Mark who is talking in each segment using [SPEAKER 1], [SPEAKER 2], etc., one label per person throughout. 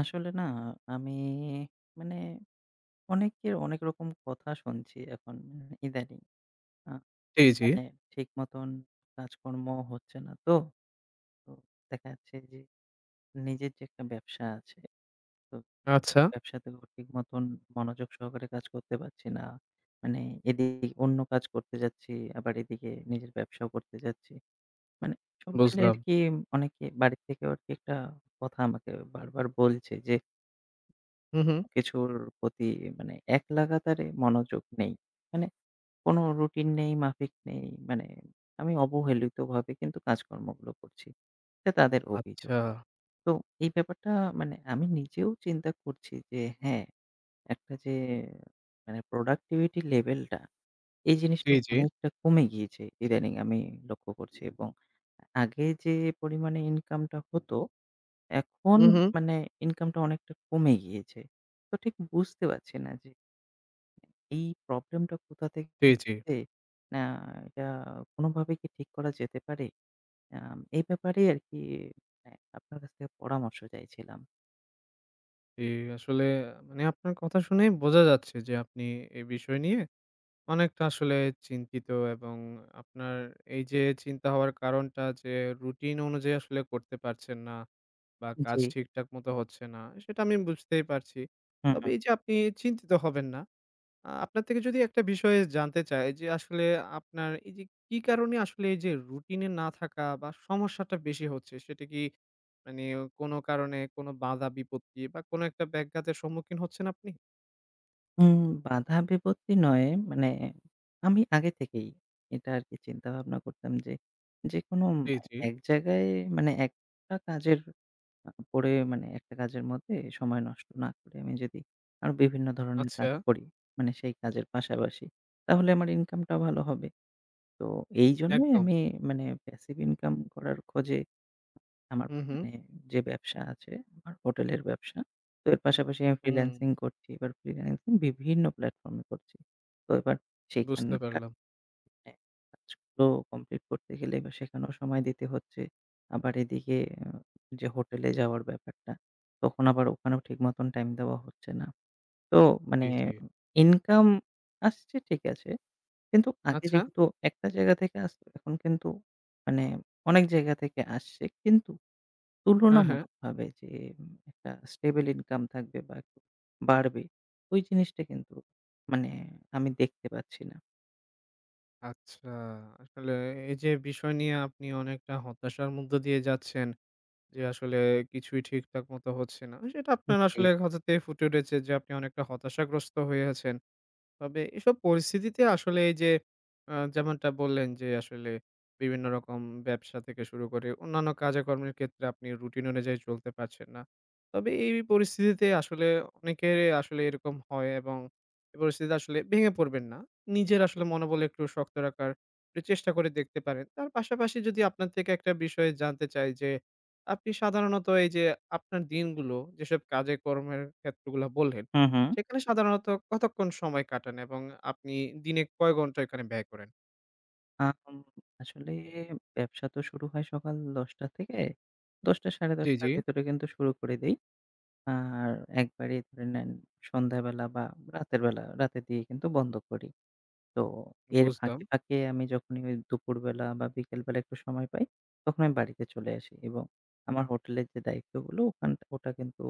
[SPEAKER 1] আসলে না আমি মানে অনেকের অনেক রকম কথা শুনছি এখন মানে ইদানিং। আ
[SPEAKER 2] জি, জি।
[SPEAKER 1] মানে ঠিক মতন কাজকর্ম হচ্ছে না তো। তো দেখা যাচ্ছে যে নিজের যে একটা ব্যবসা আছে, তো
[SPEAKER 2] আচ্ছা,
[SPEAKER 1] সেই ব্যবসাতেও ঠিক মতন মনোযোগ সহকারে কাজ করতে পারছি না। মানে এদিকে অন্য কাজ করতে যাচ্ছি, আবার এদিকে নিজের ব্যবসাও করতে যাচ্ছি। মানে সব মিলে
[SPEAKER 2] বুঝলাম।
[SPEAKER 1] আরকি অনেকে বাড়ি থেকে আরকি একটা কথা আমাকে বারবার বলছে যে
[SPEAKER 2] হু, হু।
[SPEAKER 1] কিছুর প্রতি মানে এক লাগাতারে মনোযোগ নেই। মানে কোনো রুটিন নেই, মাফিক নেই। মানে আমি অবহেলিতভাবে কিন্তু কাজকর্মগুলো করছি। এটা তাদের অভিযোগ।
[SPEAKER 2] আচ্ছা।
[SPEAKER 1] তো এই ব্যাপারটা মানে আমি নিজেও চিন্তা করছি যে হ্যাঁ, একটা যে মানে productivity level টা এই
[SPEAKER 2] জি,
[SPEAKER 1] জিনিসটা
[SPEAKER 2] জি।
[SPEAKER 1] অনেকটা কমে গিয়েছে ইদানিং আমি লক্ষ্য করছি এবং আগে যে পরিমাণে ইনকামটা হতো, এখন
[SPEAKER 2] হু, হু।
[SPEAKER 1] মানে ইনকামটা অনেকটা কমে গিয়েছে। তো ঠিক বুঝতে পারছি না যে এই প্রবলেমটা কোথা থেকে
[SPEAKER 2] জি, জি।
[SPEAKER 1] হচ্ছে, না এটা কোনোভাবে কি ঠিক করা যেতে পারে? এই ব্যাপারেই আরকি মানে আপনার কাছ থেকে পরামর্শ চাইছিলাম।
[SPEAKER 2] জি, আসলে আপনার কথা শুনেই বোঝা যাচ্ছে যে আপনি এই বিষয় নিয়ে অনেকটা আসলে চিন্তিত এবং আপনার এই যে চিন্তা হওয়ার কারণটা যে রুটিন অনুযায়ী আসলে করতে পারছেন না বা কাজ
[SPEAKER 1] জি।
[SPEAKER 2] ঠিকঠাক মতো হচ্ছে না, সেটা আমি বুঝতেই পারছি।
[SPEAKER 1] হুম,
[SPEAKER 2] তবে এই যে আপনি চিন্তিত হবেন না। আপনার থেকে যদি একটা বিষয়ে জানতে চাই যে আসলে আপনার এই যে কি কারণে আসলে এই যে রুটিনে না থাকা বা সমস্যাটা বেশি হচ্ছে? সেটা কি মানে কোনো কারণে কোনো বাধা বিপত্তি বা কোনো একটা ব্যাঘাতের সম্মুখীন হচ্ছেন আপনি?
[SPEAKER 1] উম বাধা বিপত্তি নয় মানে আমি আগে থেকেই এটা আরকি চিন্তাভাবনা করতাম যে, যেকোনো
[SPEAKER 2] জি,
[SPEAKER 1] মানে
[SPEAKER 2] জি।
[SPEAKER 1] এক জায়গায় মানে একটা কাজের পড়ে মানে একটা কাজের মধ্যে সময় নষ্ট না করে আমি যদি আরো বিভিন্ন ধরনের
[SPEAKER 2] আচ্ছা,
[SPEAKER 1] কাজ করি, মানে সেই কাজের পাশাপাশি তাহলে আমার ইনকামটাও ভালো হবে। তো এইজন্যই
[SPEAKER 2] একদম।
[SPEAKER 1] আমি মানে প্যাসিভ ইনকাম করার খোঁজে আমার
[SPEAKER 2] হুম, হুম।
[SPEAKER 1] মানে যে ব্যবসা আছে, আমার হোটেলের ব্যবসা। তো এর পাশাপাশি আমি
[SPEAKER 2] হুম,
[SPEAKER 1] ফ্রিল্যান্সিং করছি। এবার ফ্রিল্যান্সিং বিভিন্ন প্ল্যাটফর্মে করছি। তো এবার
[SPEAKER 2] বুঝতে
[SPEAKER 1] সেখানকার
[SPEAKER 2] পারলাম।
[SPEAKER 1] মানে কাজগুলো কমপ্লিট করতে গেলে এবার সেখানেও সময় দিতে হচ্ছে। আবার এদিকে আ যে হোটেলে যাওয়ার ব্যাপারটা, তখন আবার ওখানেও ঠিক মতন টাইম দেওয়া হচ্ছে না। তো মানে
[SPEAKER 2] জি, জি।
[SPEAKER 1] ইনকাম আসছে ঠিক আছে। কিন্তু আগে
[SPEAKER 2] আচ্ছা।
[SPEAKER 1] যেহেতু একটা জায়গা থেকে আসতো, এখন কিন্তু মানে অনেক জায়গা থেকে আসছে। কিন্তু
[SPEAKER 2] হ্যাঁ, হ্যাঁ।
[SPEAKER 1] তুলনামূলকভাবে যে একটা স্টেবল ইনকাম থাকবে বা একটু বাড়বে, ওই জিনিসটা কিন্তু মানে আমি দেখতে পাচ্ছি না।
[SPEAKER 2] আচ্ছা, আসলে এই যে বিষয় নিয়ে আপনি অনেকটা হতাশার মধ্য দিয়ে যাচ্ছেন যে আসলে কিছুই ঠিকঠাক মতো হচ্ছে না। সেটা আপনার
[SPEAKER 1] জি।
[SPEAKER 2] আসলে হঠাৎই ফুটে উঠেছে যে আপনি অনেকটা হতাশাগ্রস্ত হয়ে আছেন। তবে এসব পরিস্থিতিতে আসলে এই যে যেমনটা বললেন যে আসলে বিভিন্ন রকম ব্যবসা থেকে শুরু করে অন্যান্য কাজে-কর্মের ক্ষেত্রে আপনি রুটিন অনুযায়ী চলতে পারছেন না। তবে এই পরিস্থিতিতে আসলে অনেকের আসলে এরকম হয় এবং এই পরিস্থিতিতে আসলে ভেঙে পড়বেন না। নিজের আসলে মনোবল একটু শক্ত রাখার একটু চেষ্টা করে দেখতে পারেন। তার পাশাপাশি যদি আপনার থেকে একটা বিষয় জানতে চাই যে আপনি সাধারণত এই যে আপনার দিনগুলো যেসব কাজে-কর্মের ক্ষেত্রগুলা বললেন
[SPEAKER 1] হুম, হুম।
[SPEAKER 2] সেখানে সাধারণত কতক্ষণ সময় কাটান এবং আপনি দিনে কয় ঘন্টা এখানে ব্যয় করেন?
[SPEAKER 1] আম আসলে ব্যবসা তো শুরু হয় সকাল ১০টা থেকে। ১০টা ১০:৩০
[SPEAKER 2] জি, জি,
[SPEAKER 1] টার ভেতরে কিন্তু শুরু করে দেই। আর একবারে ধরে নেন সন্ধ্যাবেলা বা রাতের বেলা, রাতের দিকে কিন্তু বন্ধ করি। তো এর
[SPEAKER 2] বুঝলাম।
[SPEAKER 1] ফাঁকে, ফাঁকে আমি যখনই ওই দুপুরবেলা বা বিকেলবেলা একটু সময় পাই, তখন আমি বাড়িতে চলে আসি এবং আমার হোটেলের যে দায়িত্বগুলো ওখানটা ওটা কিন্তু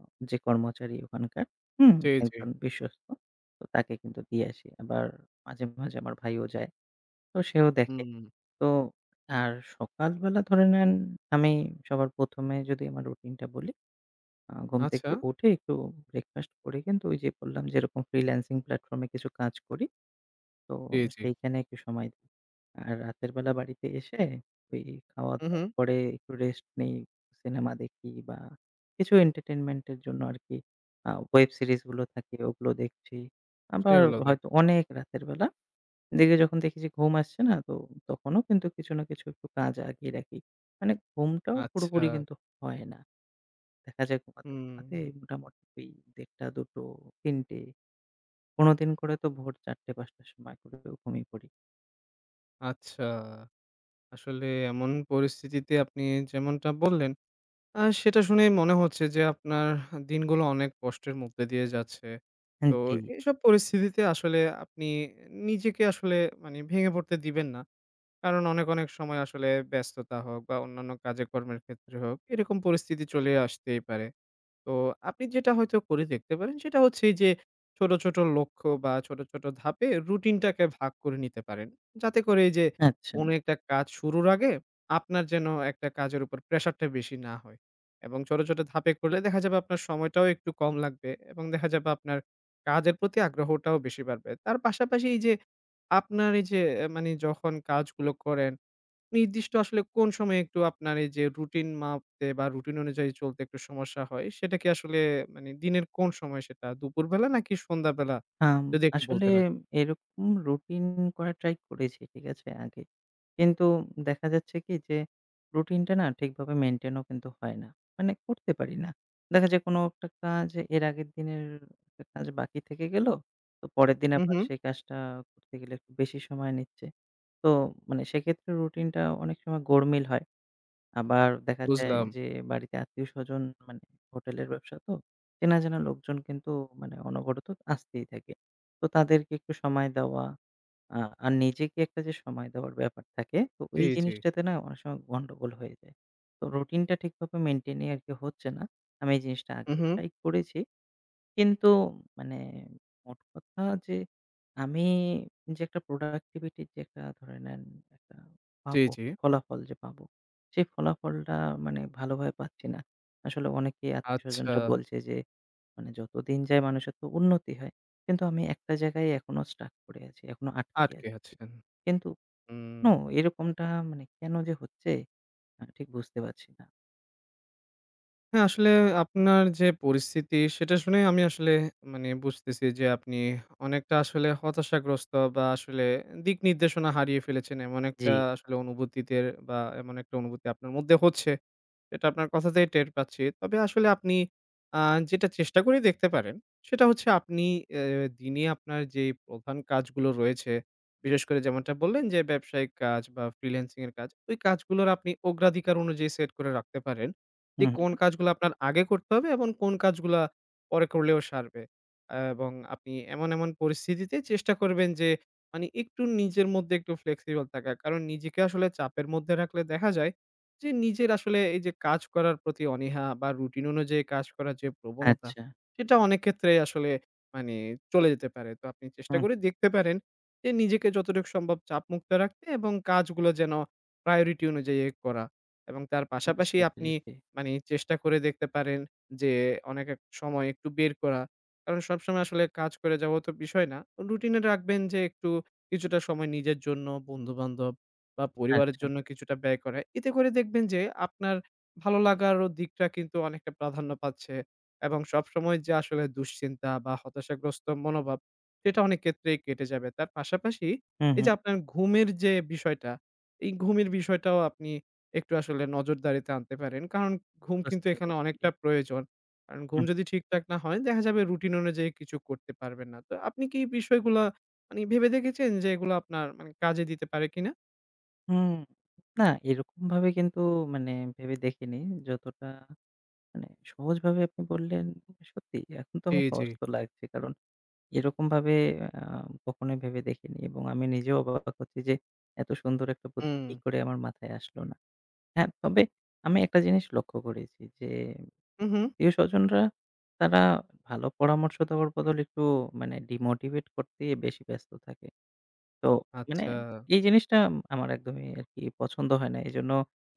[SPEAKER 1] আ যে কর্মচারী ওখানকার হুম,
[SPEAKER 2] জি, জি।
[SPEAKER 1] একজন বিশ্বস্ত। তো তাকে কিন্তু দিয়ে আসি। আবার মাঝে, মাঝে আমার ভাইও যায়। তো সেও দেখে।
[SPEAKER 2] হুম,
[SPEAKER 1] তো আর সকালবেলা ধরে নেন আমি সবার ১ম এ যদি আমার রুটিনটা বলি, ঘুম
[SPEAKER 2] আচ্ছা।
[SPEAKER 1] থেকে উঠে একটু ব্রেকফাস্ট করে কিন্তু ওই যে বললাম যেরকম ফ্রিল্যান্সিং প্ল্যাটফর্ম এ কিছু কাজ করি। তো
[SPEAKER 2] জি, জি।
[SPEAKER 1] সেইখানে একটু সময় দিই। আর রাতের বেলা বাড়িতে এসে ওই
[SPEAKER 2] হু,
[SPEAKER 1] খাওয়া-দাওয়ার
[SPEAKER 2] হুম।
[SPEAKER 1] পরে একটু রেস্ট নেই, সিনেমা দেখি বা কিছু এন্টারটেইনমেন্টের জন্য আরকি ওয়েব সিরিজগুলো থাকে ওগুলো দেখছি। আবার
[SPEAKER 2] সেগুলো
[SPEAKER 1] হয়তো
[SPEAKER 2] দেখেন।
[SPEAKER 1] অনেক রাতের বেলা দেখি যখন দেখি যে ঘুম আসছে না তো তখনও কিন্তু কিছু না কিছু একটু কাজ আগিয়ে রাখি। মানে ঘুমটাও
[SPEAKER 2] আচ্ছা।
[SPEAKER 1] পুরোপুরি কিন্তু হয় না। দেখা যায় ঘুমাতে,
[SPEAKER 2] হুম,
[SPEAKER 1] ঘুমাতে
[SPEAKER 2] হুম।
[SPEAKER 1] মোটামুটি ওই ১ঃ৩০ ২ঃ০০ ৩ঃ০০ কোনদিন করে তো ভোর ৪ঃ০০ ৫ঃ০০ র সময় করে ঘুমিয়ে পড়ি।
[SPEAKER 2] আচ্ছা। আসলে এমন পরিস্থিতিতে আপনি যেমনটা বললেন, সেটা শুনেই মনে হচ্ছে যে আপনার দিনগুলো অনেক কষ্টের মধ্যে দিয়ে যাচ্ছে। তো
[SPEAKER 1] জি,
[SPEAKER 2] এসব পরিস্থিতিতে আসলে আপনি নিজেকে আসলে ভেঙে পড়তে দিবেন না। কারণ অনেক, অনেক সময় আসলে ব্যস্ততা হোক বা অন্যান্য কাজে কর্মের ক্ষেত্রে হোক, এরকম পরিস্থিতি চলে আসতেই পারে। তো আপনি যেটা হয়তো করে দেখতে পারেন সেটা হচ্ছে এই যে ছোট, ছোট লক্ষ্য বা ছোট, ছোট ধাপে রুটিনটাকে ভাগ করে নিতে পারেন। যাতে করে এই যে
[SPEAKER 1] আচ্ছা।
[SPEAKER 2] কোনো একটা কাজ শুরুর আগে আপনার যেন একটা কাজের উপর প্রেশারটা বেশি না হয়। এবং ছোট, ছোট ধাপে করলে দেখা যাবে আপনার সময়টাও একটু কম লাগবে এবং দেখা যাবে আপনার কাজের প্রতি আগ্রহটাও বেশি বাড়বে। তার পাশাপাশি এই যে আপনার এই যে অ্যা মানে যখন কাজগুলো করেন নির্দিষ্ট আসলে কোন সময়ে একটু আপনার এই যে রুটিন মাপতে বা রুটিন অনুযায়ী চলতে একটু সমস্যা হয়, সেটা কি আসলে দিনের কোন সময় সেটা? দুপুরবেলা নাকি সন্ধ্যাবেলা?
[SPEAKER 1] আম
[SPEAKER 2] যদি একটু
[SPEAKER 1] আসলে
[SPEAKER 2] বলতেন আরকি।
[SPEAKER 1] এরকম রুটিন করার ট্রাই করেছি, ঠিক আছে? আগে। কিন্তু দেখা যাচ্ছে কি যে রুটিনটা না ঠিকভাবে মেইনটেইন ও কিন্তু হয় না। মানে করতে পারি না। দেখা যায় কোনো একটা কাজ এর আগের দিনের একটা কাজ বাকি থেকে গেল। তো পরের দিন
[SPEAKER 2] হু,
[SPEAKER 1] আবার
[SPEAKER 2] হু,
[SPEAKER 1] সেই কাজটা করতে গেলে একটু বেশি সময় নিচ্ছে। তো মানে সেক্ষেত্রে রুটিনটা অনেক সময় গোলমেল হয়। আবার দেখা যায়
[SPEAKER 2] বুঝলাম।
[SPEAKER 1] যে বাড়িতে আত্মীয়স্বজন মানে হোটেলের ব্যবসা তো চেনা জানা লোকজন কিন্তু মানে অনবরত আসতেই থাকে। তো তাদেরকে একটু সময় দেওয়া আ আর নিজেকে একটা যে সময় দেওয়ার ব্যাপার থাকে তো
[SPEAKER 2] জি,
[SPEAKER 1] ওই
[SPEAKER 2] জি।
[SPEAKER 1] জিনিসটাতে না অনেক সময় গন্ডগোল হয়ে যায়। তো রুটিনটা ঠিকভাবে মেইনটেইনই আরকি হচ্ছে না। আমি এই জিনিসটা
[SPEAKER 2] হু,
[SPEAKER 1] আগেও
[SPEAKER 2] হু।
[SPEAKER 1] ট্রাই করেছি। কিন্তু মানে মোট কথা যে আমি যে একটা প্রোডাক্টিভিটি যে একটা ধরে নেন একটা
[SPEAKER 2] জি,
[SPEAKER 1] পাবো,
[SPEAKER 2] জি।
[SPEAKER 1] ফলাফল যে পাবো, সেই ফলাফলটা মানে ভালোভাবে পাচ্ছি না। আসলে অনেকেই
[SPEAKER 2] আচ্ছা,
[SPEAKER 1] আত্মীয়স্বজনরা বলছে যে মানে যতদিন যায় মানুষের তো উন্নতি হয়। কিন্তু আমি একটা জায়গায় এখনো স্টাক করে আছি, এখনো আটকে
[SPEAKER 2] আটকে
[SPEAKER 1] আছি।
[SPEAKER 2] আছেন।
[SPEAKER 1] কিন্তু
[SPEAKER 2] হুম।
[SPEAKER 1] নো এরকমটা মানে কেন যে হচ্ছে ঠিক বুঝতে পারছি না।
[SPEAKER 2] হ্যাঁ, আসলে আপনার যে পরিস্থিতি সেটা শুনে আমি আসলে বুঝতেছি যে আপনি অনেকটা আসলে হতাশাগ্রস্ত বা আসলে দিক নির্দেশনা হারিয়ে ফেলেছেন। এমন
[SPEAKER 1] জি।
[SPEAKER 2] একটা আসলে অনুভূতিতে বা এমন একটা অনুভূতি আপনার মধ্যে হচ্ছে। এটা আপনার কথাতেই টের পাচ্ছি। তবে আসলে আপনি আ যেটা চেষ্টা করে দেখতে পারেন, সেটা হচ্ছে আপনি এ দিনে আপনার যে প্রধান কাজগুলো রয়েছে, বিশেষ করে যেমনটা বললেন যে ব্যবসায়িক কাজ বা ফ্রিল্যান্সিং এর কাজ, ওই কাজগুলোর আপনি অগ্রাধিকার অনুযায়ী সেট করে রাখতে পারেন। যে
[SPEAKER 1] হুম,
[SPEAKER 2] কোন
[SPEAKER 1] হুম,
[SPEAKER 2] কাজগুলো আপনার আগে করতে হবে এবং কোন কাজগুলা পরে করলেও সারবে। এবং আপনি এমন, এমন পরিস্থিতিতে চেষ্টা করবেন যে, একটু নিজের মধ্যে একটু ফ্লেক্সিবল থাকা। কারণ নিজেকে আসলে চাপের মধ্যে রাখলে দেখা যায় যে নিজের আসলে এই যে কাজ করার প্রতি অনীহা বা রুটিন অনুযায়ী কাজ করার যে প্রবণতা,
[SPEAKER 1] আচ্ছা।
[SPEAKER 2] সেটা অনেক ক্ষেত্রেই আসলে মানে চলে যেতে পারে। তো আপনি চেষ্টা
[SPEAKER 1] হুম,
[SPEAKER 2] করে দেখতে পারেন যে নিজেকে যতটুকু সম্ভব চাপমুক্ত রাখতে এবং কাজগুলো যেন প্রায়োরিটি অনুযায়ী করা। এবং তার পাশাপাশি
[SPEAKER 1] বুঝতে
[SPEAKER 2] আপনি
[SPEAKER 1] পেরেছি।
[SPEAKER 2] চেষ্টা করে দেখতে পারেন যে অনেক এক সময় একটু বের করা। কারণ সবসময় আসলে কাজ করে যাওয়া তো বিষয় না। রুটিনে রাখবেন যে একটু কিছুটা সময় নিজের জন্য, বন্ধু-বান্ধব বা পরিবারের
[SPEAKER 1] আচ্ছা।
[SPEAKER 2] জন্য কিছুটা ব্যয় করা। এতে করে দেখবেন যে আপনার ভালো লাগারও দিকটা কিন্তু অনেকটা প্রাধান্য পাচ্ছে এবং সবসময় যে আসলে দুশ্চিন্তা বা হতাশাগ্রস্ত মনোভাব সেটা অনেক ক্ষেত্রেই কেটে যাবে। তার পাশাপাশি
[SPEAKER 1] হুম,
[SPEAKER 2] এই যে
[SPEAKER 1] হুম।
[SPEAKER 2] আপনার ঘুমের যে বিষয়টা, এই ঘুমের বিষয়টাও আপনি একটু আসলে নজরদারিতে আনতে পারেন। কারণ ঘুম
[SPEAKER 1] বুঝতে
[SPEAKER 2] কিন্তু এখানে
[SPEAKER 1] পেরেছি।
[SPEAKER 2] অনেকটা প্রয়োজন। কারণ ঘুম
[SPEAKER 1] হুম,
[SPEAKER 2] যদি ঠিকঠাক না হয় দেখা যাবে রুটিন অনুযায়ী কিছু করতে পারবেন না। তো আপনি কি এই বিষয়গুলা ভেবে দেখেছেন যে এগুলো আপনার কাজে দিতে পারে কিনা?
[SPEAKER 1] হুম। না এরকমভাবে কিন্তু মানে ভেবে দেখিনি। যতটা মানে সহজভাবে আপনি বললেন, সত্যি এখন তো
[SPEAKER 2] জি,
[SPEAKER 1] আমার
[SPEAKER 2] জি।
[SPEAKER 1] সহজ তো লাগছে। কারণ এরকমভাবে আ কখনোই ভেবে দেখিনি এবং আমি নিজেও অবাক হচ্ছি যে এত সুন্দর একটা বুদ্ধি
[SPEAKER 2] হুম।
[SPEAKER 1] কি করে আমার মাথায় আসলো না। হ্যাঁ, তবে আমি একটা জিনিস লক্ষ্য করেছি যে
[SPEAKER 2] হু, হুম।
[SPEAKER 1] প্রিয়স্বজনরা তারা ভালো পরামর্শ দেওয়ার বদলে একটু মানে ডিমোটিভেট করতেই বেশি ব্যস্ত থাকে। তো মানে
[SPEAKER 2] আচ্ছা,
[SPEAKER 1] এই জিনিসটা আমার একদমই আরকি পছন্দ হয় না। এজন্য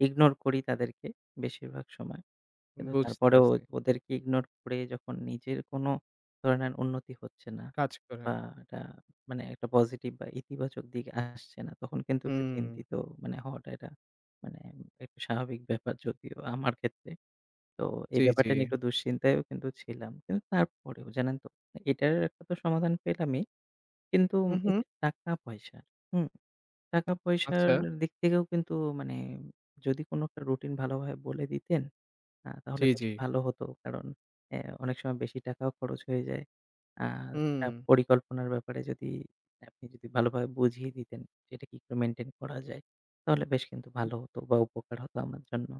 [SPEAKER 1] ইগনোর করি তাদেরকে বেশিরভাগ সময়। কিন্তু
[SPEAKER 2] বুঝতে
[SPEAKER 1] তারপরেও
[SPEAKER 2] পারছি।
[SPEAKER 1] ওদেরকে ইগনোর করে যখন নিজের কোনো ধরনের উন্নতি হচ্ছে না
[SPEAKER 2] কাজ করেন।
[SPEAKER 1] বা এটা মানে একটা পজিটিভ বা ইতিবাচক দিক আসছে না, তখন কিন্তু একটু
[SPEAKER 2] হুম।
[SPEAKER 1] চিন্তিত মানে হওয়াটা এটা মানে একটু স্বাভাবিক ব্যাপার যদিও আমার ক্ষেত্রে। তো এই
[SPEAKER 2] জি, জি।
[SPEAKER 1] ব্যাপারটা নিয়ে একটু দুশ্চিন্তায়ও কিন্তু ছিলাম। কিন্তু তারপরেও জানেন তো এটার একটা তো সমাধান পেলামই। কিন্তু
[SPEAKER 2] হু,
[SPEAKER 1] এই
[SPEAKER 2] হুম।
[SPEAKER 1] যে টাকা-পয়সা, হুম? টাকা-পয়সার
[SPEAKER 2] আচ্ছা,
[SPEAKER 1] দিক থেকেও কিন্তু মানে যদি কোনো একটা রুটিন ভালোভাবে বলে দিতেন, তাহলে
[SPEAKER 2] জি, জি।
[SPEAKER 1] বেশি ভালো হতো। কারণ অ্যা অনেক সময় বেশি টাকাও খরচ হয়ে যায়। আর
[SPEAKER 2] হুম।
[SPEAKER 1] একটা পরিকল্পনার ব্যাপারে যদি আপনি ভালোভাবে বুঝিয়ে দিতেন, সেটা কি করে মেইনটেইন করা যায়, তাহলে বেশ কিন্তু ভালো হতো বা উপকার হতো আমার জন্য।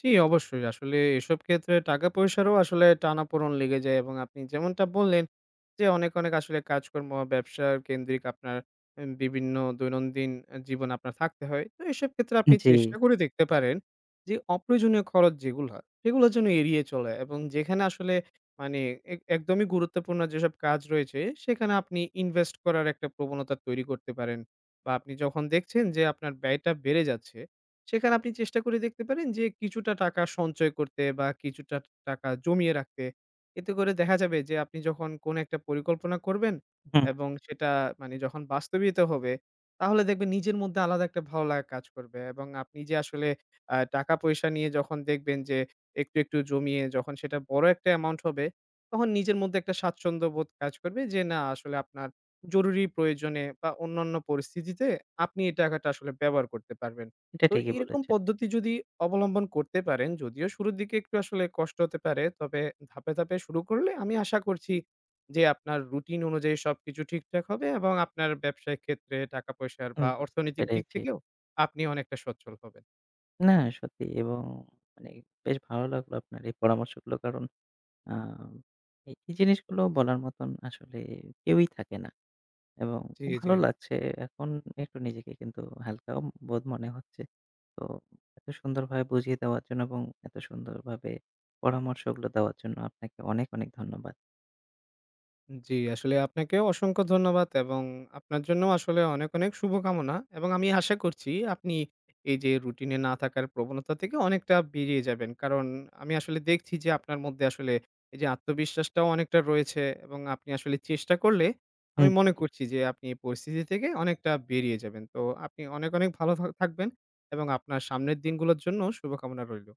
[SPEAKER 2] জি, অবশ্যই। আসলে এসব ক্ষেত্রে টাকা-পয়সারও আসলে টানাপোড়ন লেগে যায় এবং আপনি যেমনটা বললেন যে, অনেক, অনেক আসলে কাজকর্ম, ব্যবসা কেন্দ্রিক আপনার বিভিন্ন দৈনন্দিন জীবন আপনার থাকতে হয়। তো এসব ক্ষেত্রে আপনি
[SPEAKER 1] জি।
[SPEAKER 2] চেষ্টা করে দেখতে পারেন যে, অপ্রয়োজনীয় খরচ যেগুলা, সেগুলো যেন এড়িয়ে চলে এবং যেখানে আসলে মানে একদমই গুরুত্বপূর্ণ যেসব কাজ রয়েছে, সেখানে আপনি ইনভেস্ট করার একটা প্রবণতা তৈরি করতে পারেন বা আপনি যখন দেখছেন যে, আপনার ব্যয়টা বেড়ে যাচ্ছে সেখানে আপনি চেষ্টা করে দেখতে পারেন যে কিছুটা টাকা সঞ্চয় করতে বা কিছুটা টাকা জমিয়ে রাখতে। এতে করে দেখা যাবে যে আপনি যখন কোন একটা পরিকল্পনা করবেন
[SPEAKER 1] হুম,
[SPEAKER 2] এবং সেটা যখন বাস্তবিত হবে, তাহলে দেখবেন নিজের মধ্যে আলাদা একটা ভালো লাগা কাজ করবে এবং আপনি যে আসলে টাকা-পয়সা নিয়ে যখন দেখবেন যে একটু, একটু জমিয়ে যখন সেটা বড় একটা অ্যামাউন্ট হবে, তখন নিজের মধ্যে একটা স্বাচ্ছন্দ্য বোধ কাজ করবে যে না আসলে আপনার জরুরি প্রয়োজনে বা অন্যান্য পরিস্থিতিতে আপনি এই টাকাটা আসলে ব্যবহার করতে পারবেন।
[SPEAKER 1] এটা
[SPEAKER 2] তো
[SPEAKER 1] ঠিকই
[SPEAKER 2] এরকম
[SPEAKER 1] বলেছেন।
[SPEAKER 2] পদ্ধতি যদি অবলম্বন করতে পারেন, যদিও শুরুর দিকে একটু আসলে কষ্ট হতে পারে। তবে ধাপে, ধাপে শুরু করলে আমি আশা করছি যে আপনার রুটিন অনুযায়ী সবকিছু ঠিকঠাক হবে এবং আপনার ব্যবসায়িক ক্ষেত্রে টাকা-পয়সার
[SPEAKER 1] আমি
[SPEAKER 2] বা
[SPEAKER 1] বুঝতে
[SPEAKER 2] অর্থনৈতিক দিক
[SPEAKER 1] পেরেছি।
[SPEAKER 2] থেকেও আপনি অনেকটা সচ্ছল হবেন।
[SPEAKER 1] না সত্যি এবং মানে বেশ ভালো লাগলো আপনার এই পরামর্শগুলো কারণ আম এই এই জিনিসগুলো বলার মতন আসলে কেউই থাকে না এবং
[SPEAKER 2] জি,
[SPEAKER 1] খুব
[SPEAKER 2] জি।
[SPEAKER 1] ভালো লাগছে। এখন একটু নিজেকে কিন্তু হালকাও বোধ মনে হচ্ছে। তো এত সুন্দরভাবে বুঝিয়ে দেওয়ার জন্য এবং এত সুন্দরভাবে পরামর্শগুলো দেওয়ার জন্য আপনাকে অনেক, অনেক ধন্যবাদ।
[SPEAKER 2] জি, আসলে আপনাকেও অসংখ্য ধন্যবাদ এবং আপনার জন্যও আসলে অনেক, অনেক শুভকামনা এবং আমি আশা করছি আপনি এই যে রুটিনে না থাকার প্রবণতা থেকে অনেকটা বেরিয়ে যাবেন। কারণ আমি আসলে দেখছি যে আপনার মধ্যে আসলে এই যে আত্মবিশ্বাসটাও অনেকটা রয়েছে এবং আপনি আসলে চেষ্টা করলে আমি মনে
[SPEAKER 1] হুম।
[SPEAKER 2] করছি যে আপনি এই পরিস্থিতি থেকে অনেকটা বেরিয়ে যাবেন। তো আপনি অনেক, অনেক ভালো থাকবেন এবং আপনার সামনের দিনগুলোর জন্য শুভকামনা রইল।